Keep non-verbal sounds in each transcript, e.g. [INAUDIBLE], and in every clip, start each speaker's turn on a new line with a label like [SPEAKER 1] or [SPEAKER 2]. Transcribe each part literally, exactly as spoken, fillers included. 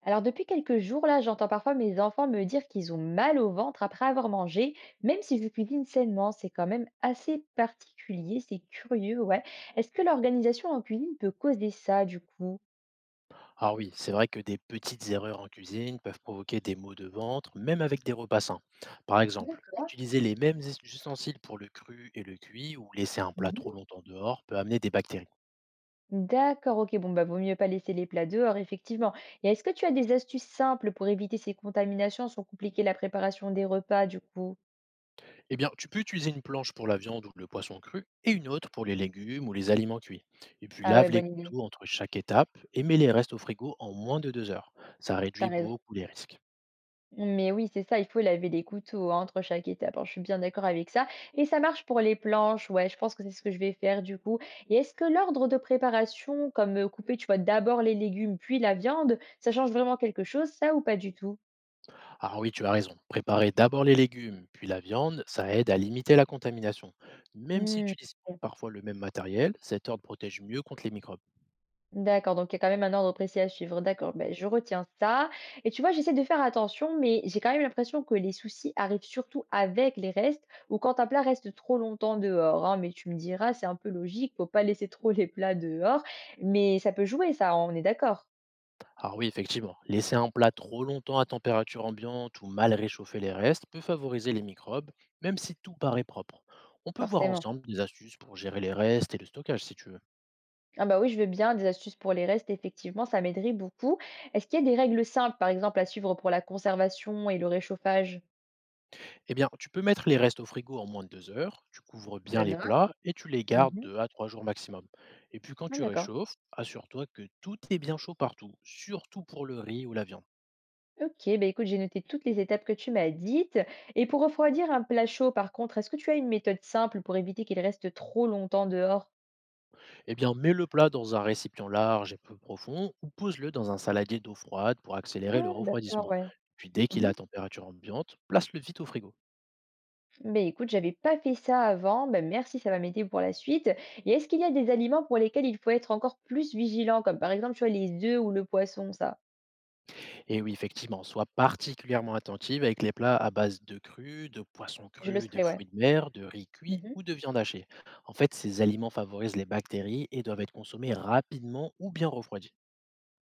[SPEAKER 1] Alors depuis quelques jours là, j'entends parfois mes enfants me dire qu'ils ont mal au ventre après avoir mangé, même si je cuisine sainement, c'est quand même assez particulier, c'est curieux, ouais. Est-ce que l'organisation en cuisine peut causer ça du coup?
[SPEAKER 2] Ah oui, c'est vrai que des petites erreurs en cuisine peuvent provoquer des maux de ventre, même avec des repas sains. Par exemple,
[SPEAKER 1] D'accord.
[SPEAKER 2] utiliser les mêmes us- ustensiles pour le cru et le cuit ou laisser un plat trop
[SPEAKER 1] Mhm.
[SPEAKER 2] longtemps dehors peut amener des bactéries.
[SPEAKER 1] D'accord, ok, bon bah vaut mieux pas laisser les plats dehors, effectivement. Et est-ce que tu as des astuces simples pour éviter ces contaminations sans compliquer la préparation des repas du coup?
[SPEAKER 2] Eh bien, tu peux utiliser une planche pour la viande ou le poisson cru et une autre pour les légumes ou les aliments cuits. Et puis
[SPEAKER 1] Ah ouais,
[SPEAKER 2] lave les
[SPEAKER 1] bonne idée,
[SPEAKER 2] couteaux entre chaque étape et mets les restes au frigo en moins de deux heures. Ça
[SPEAKER 1] t'as
[SPEAKER 2] réduit
[SPEAKER 1] raison.
[SPEAKER 2] beaucoup les risques.
[SPEAKER 1] Mais oui, c'est ça, il faut laver les couteaux, hein, entre chaque étape, hein, je suis bien d'accord avec ça et ça marche pour les planches, ouais, je pense que c'est ce que je vais faire du coup. Et est-ce que l'ordre de préparation comme, heu, couper, tu vois, d'abord les légumes, puis la viande, ça change vraiment quelque chose ça ou pas du tout?
[SPEAKER 2] Alors oui, tu as raison. Préparer d'abord les légumes, puis la viande, ça aide à limiter la contamination. Même si
[SPEAKER 1] Mmh,
[SPEAKER 2] tu utilises
[SPEAKER 1] OK.
[SPEAKER 2] parfois le même matériel, cet ordre protège mieux contre les microbes.
[SPEAKER 1] D'accord, donc il y a quand même un ordre précis à suivre. D'accord, ben, je retiens ça. Et tu vois, j'essaie de faire attention, mais j'ai quand même l'impression que les soucis arrivent surtout avec les restes ou quand un plat reste trop longtemps dehors, hein. Mais tu me diras, c'est un peu logique, faut pas laisser trop les plats dehors. Mais ça peut jouer, ça, on est d'accord,
[SPEAKER 2] Alors oui, effectivement, laisser un plat trop longtemps à température ambiante ou mal réchauffer les restes peut favoriser les microbes, même si tout paraît propre. On peut voir
[SPEAKER 1] forcément.
[SPEAKER 2] ensemble des astuces pour gérer les restes et le stockage si tu veux.
[SPEAKER 1] Ah bah oui, je veux bien des astuces pour les restes, effectivement, ça m'aiderait beaucoup. Est-ce qu'il y a des règles simples, par exemple, à suivre pour la conservation et le réchauffage?
[SPEAKER 2] Eh bien, tu peux mettre les restes au frigo en moins de deux heures, tu couvres
[SPEAKER 1] Je
[SPEAKER 2] bien les
[SPEAKER 1] note.
[SPEAKER 2] plats et tu les gardes
[SPEAKER 1] Mhm.
[SPEAKER 2] deux à trois jours maximum. Et puis quand
[SPEAKER 1] Ah,
[SPEAKER 2] tu
[SPEAKER 1] d'accord.
[SPEAKER 2] réchauffes, assure-toi que tout est bien chaud partout, surtout pour le riz ou la viande.
[SPEAKER 1] Ok, bah écoute, j'ai noté toutes les étapes que tu m'as dites. Et pour refroidir un plat chaud, par contre, est-ce que tu as une méthode simple pour éviter qu'il reste trop longtemps dehors?
[SPEAKER 2] Eh bien, mets le plat dans un récipient large et peu profond ou pose-le dans un saladier d'eau froide pour accélérer le
[SPEAKER 1] Ah, d'accord,
[SPEAKER 2] refroidissement.
[SPEAKER 1] ouais.
[SPEAKER 2] Puis dès qu'il
[SPEAKER 1] Mhm.
[SPEAKER 2] a température ambiante, place-le vite au frigo.
[SPEAKER 1] Mais écoute, j'avais pas fait ça avant. Ben merci, ça va m'aider pour la suite. Et est-ce qu'il y a des aliments pour lesquels il faut être encore plus vigilant, comme par exemple, tu vois, les œufs ou le poisson, ça?
[SPEAKER 2] Et oui, effectivement, sois particulièrement attentive avec les plats à base de cru, de poissons
[SPEAKER 1] Je le
[SPEAKER 2] crus,
[SPEAKER 1] serai,
[SPEAKER 2] de
[SPEAKER 1] ouais.
[SPEAKER 2] fruits de mer, de riz cuit ou
[SPEAKER 1] Mhm.
[SPEAKER 2] de viande hachée. En fait, ces aliments favorisent les bactéries et doivent être consommés rapidement ou bien refroidis.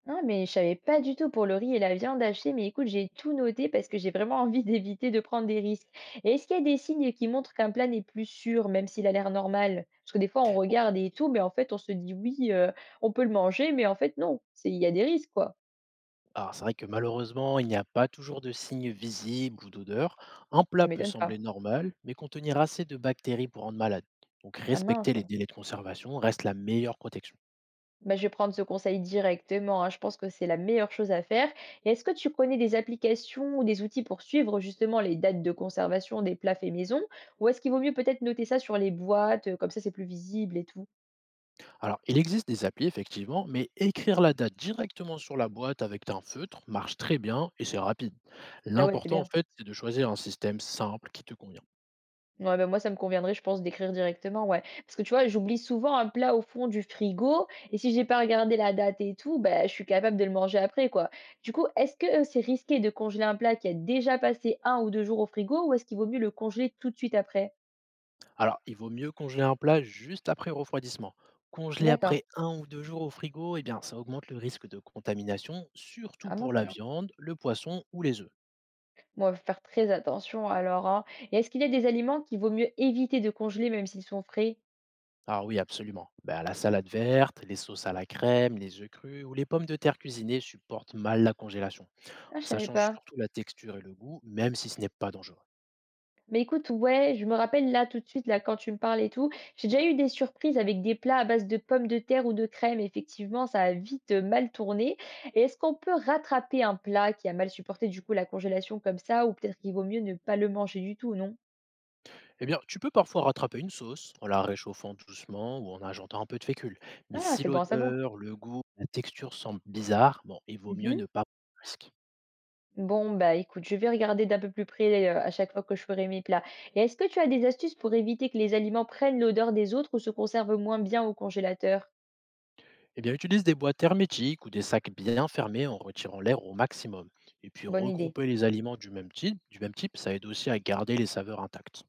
[SPEAKER 1] Ah, mais je savais pas du tout pour le riz et la viande hachée, mais écoute, j'ai tout noté parce que j'ai vraiment envie [LAUGHS] d'éviter de prendre des risques. Et est-ce qu'il y a des signes qui montrent qu'un plat n'est plus sûr, même s'il a l'air normal? Parce que des fois, on regarde et tout, mais en fait, on se dit oui, euh, on peut le manger, mais en fait, non, c'est, il y a des risques, quoi.
[SPEAKER 2] Alors, c'est vrai que malheureusement, il n'y a pas toujours de signes visibles ou d'odeur. Un
[SPEAKER 1] Ça
[SPEAKER 2] plat peut
[SPEAKER 1] m'étonne pas.
[SPEAKER 2] sembler normal, mais contenir assez de bactéries pour rendre malade. Donc,
[SPEAKER 1] Ah
[SPEAKER 2] respecter les
[SPEAKER 1] mince.
[SPEAKER 2] délais de conservation reste la meilleure protection.
[SPEAKER 1] Bah, je vais prendre ce conseil directement, hein. Je pense que c'est la meilleure chose à faire. Et est-ce que tu connais des applications ou des outils pour suivre justement les dates de conservation des plats faits maison? Ou est-ce qu'il vaut mieux peut-être noter ça sur les boîtes, euh, comme ça c'est plus visible et tout?
[SPEAKER 2] Alors, il existe des applis, effectivement, mais écrire la date directement sur la boîte avec un feutre marche très bien et c'est rapide.
[SPEAKER 1] Ah ouais, c'est
[SPEAKER 2] L'important, en
[SPEAKER 1] bien.
[SPEAKER 2] fait, c'est de choisir un système simple qui te convient.
[SPEAKER 1] Ouais, bah, moi ça me conviendrait, je pense, d'écrire directement, ouais. Parce que tu vois, j'oublie souvent un plat au fond du frigo, et si j'ai pas regardé la date et tout, bah, je suis capable de le manger après, quoi. Du coup, est-ce que euh, c'est risqué de congeler un plat qui a déjà passé un ou deux jours au frigo, ou est-ce qu'il vaut mieux le congeler tout de suite après?
[SPEAKER 2] Alors, il vaut mieux congeler un plat juste après le refroidissement. Congeler
[SPEAKER 1] D'accord.
[SPEAKER 2] après un ou deux jours au frigo, eh bien, ça augmente le risque de contamination, surtout
[SPEAKER 1] Ah
[SPEAKER 2] pour
[SPEAKER 1] mince
[SPEAKER 2] la
[SPEAKER 1] alors.
[SPEAKER 2] viande, le poisson ou les œufs.
[SPEAKER 1] Bon, faut faire très attention alors, hein. Et est-ce qu'il y a des aliments qu'il vaut mieux éviter de congeler même s'ils sont frais?
[SPEAKER 2] Ah oui, absolument. Ben, la salade verte, les sauces à la crème, les œufs crus ou les pommes de terre cuisinées supportent mal la congélation.
[SPEAKER 1] Ah, je
[SPEAKER 2] Ça
[SPEAKER 1] savais
[SPEAKER 2] change
[SPEAKER 1] pas.
[SPEAKER 2] surtout la texture et le goût, même si ce n'est pas dangereux.
[SPEAKER 1] Mais écoute, ouais, je me rappelle là tout de suite, là, quand tu me parles et tout, j'ai déjà eu des surprises avec des plats à base de pommes de terre ou de crème. Effectivement, ça a vite euh, mal tourné. Et est-ce qu'on peut rattraper un plat qui a mal supporté du coup la congélation comme ça, ou peut-être qu'il vaut mieux ne pas le manger du tout, non?
[SPEAKER 2] Eh bien, tu peux parfois rattraper une sauce en la réchauffant doucement ou en ajoutant un peu de fécule. Mais
[SPEAKER 1] Ah,
[SPEAKER 2] si
[SPEAKER 1] c'est bon à savoir.
[SPEAKER 2] l'odeur, le goût, la texture semblent bizarres, bon, il vaut mieux
[SPEAKER 1] Mhm.
[SPEAKER 2] ne pas prendre de risque.
[SPEAKER 1] Bon, bah écoute, je vais regarder d'un peu plus près euh, à chaque fois que je ferai mes plats. Et est-ce que tu as des astuces pour éviter que les aliments prennent l'odeur des autres ou se conservent moins bien au congélateur?
[SPEAKER 2] Eh bien, utilise des boîtes hermétiques ou des sacs bien fermés en retirant l'air au maximum. Et puis,
[SPEAKER 1] Bonne idée.
[SPEAKER 2] regrouper les aliments du même type, du même type, ça aide aussi à garder les saveurs intactes.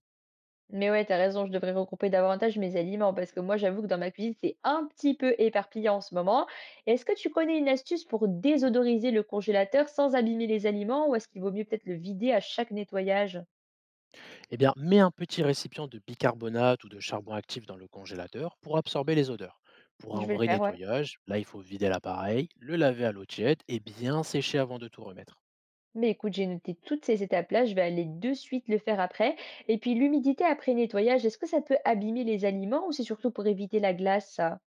[SPEAKER 1] Mais ouais, t'as raison, je devrais regrouper davantage mes aliments parce que moi, j'avoue que dans ma cuisine, c'est un petit peu éparpillé en ce moment. Est-ce que tu connais une astuce pour désodoriser le congélateur sans abîmer les aliments ou est-ce qu'il vaut mieux peut-être le vider à chaque nettoyage?
[SPEAKER 2] Eh bien, mets un petit récipient de bicarbonate ou de charbon actif dans le congélateur pour absorber les odeurs. Pour
[SPEAKER 1] Je
[SPEAKER 2] un
[SPEAKER 1] vais le
[SPEAKER 2] vrai
[SPEAKER 1] faire, ouais.
[SPEAKER 2] nettoyage, là, il faut vider l'appareil, le laver à l'eau tiède et bien sécher avant de tout remettre.
[SPEAKER 1] Mais écoute, j'ai noté toutes ces étapes-là, je vais aller de suite le faire après. Et puis l'humidité après nettoyage, est-ce que ça peut abîmer les aliments ou c'est surtout pour éviter la glace, ça?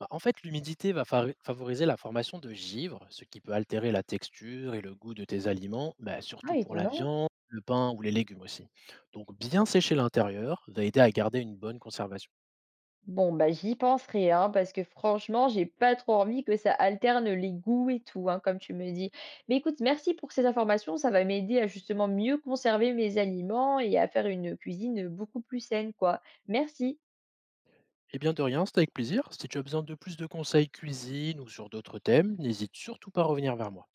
[SPEAKER 2] Bah, en fait, l'humidité va fari- favoriser la formation de givre, ce qui peut altérer la texture et le goût de tes aliments, bah,
[SPEAKER 1] Ah,
[SPEAKER 2] surtout pour la
[SPEAKER 1] étonnant.
[SPEAKER 2] viande, le pain ou les légumes aussi. Donc, bien sécher l'intérieur va aider à garder une bonne conservation.
[SPEAKER 1] Bon, bah j'y penserai, hein, parce que franchement, j'ai pas trop envie que ça alterne les goûts et tout, hein, comme tu me dis. Mais écoute, merci pour ces informations, ça va m'aider à justement mieux conserver mes aliments et à faire une cuisine beaucoup plus saine, quoi. Merci.
[SPEAKER 2] Et bien de rien, c'est avec plaisir. Si tu as besoin de plus de conseils cuisine ou sur d'autres thèmes, n'hésite surtout pas à revenir vers moi.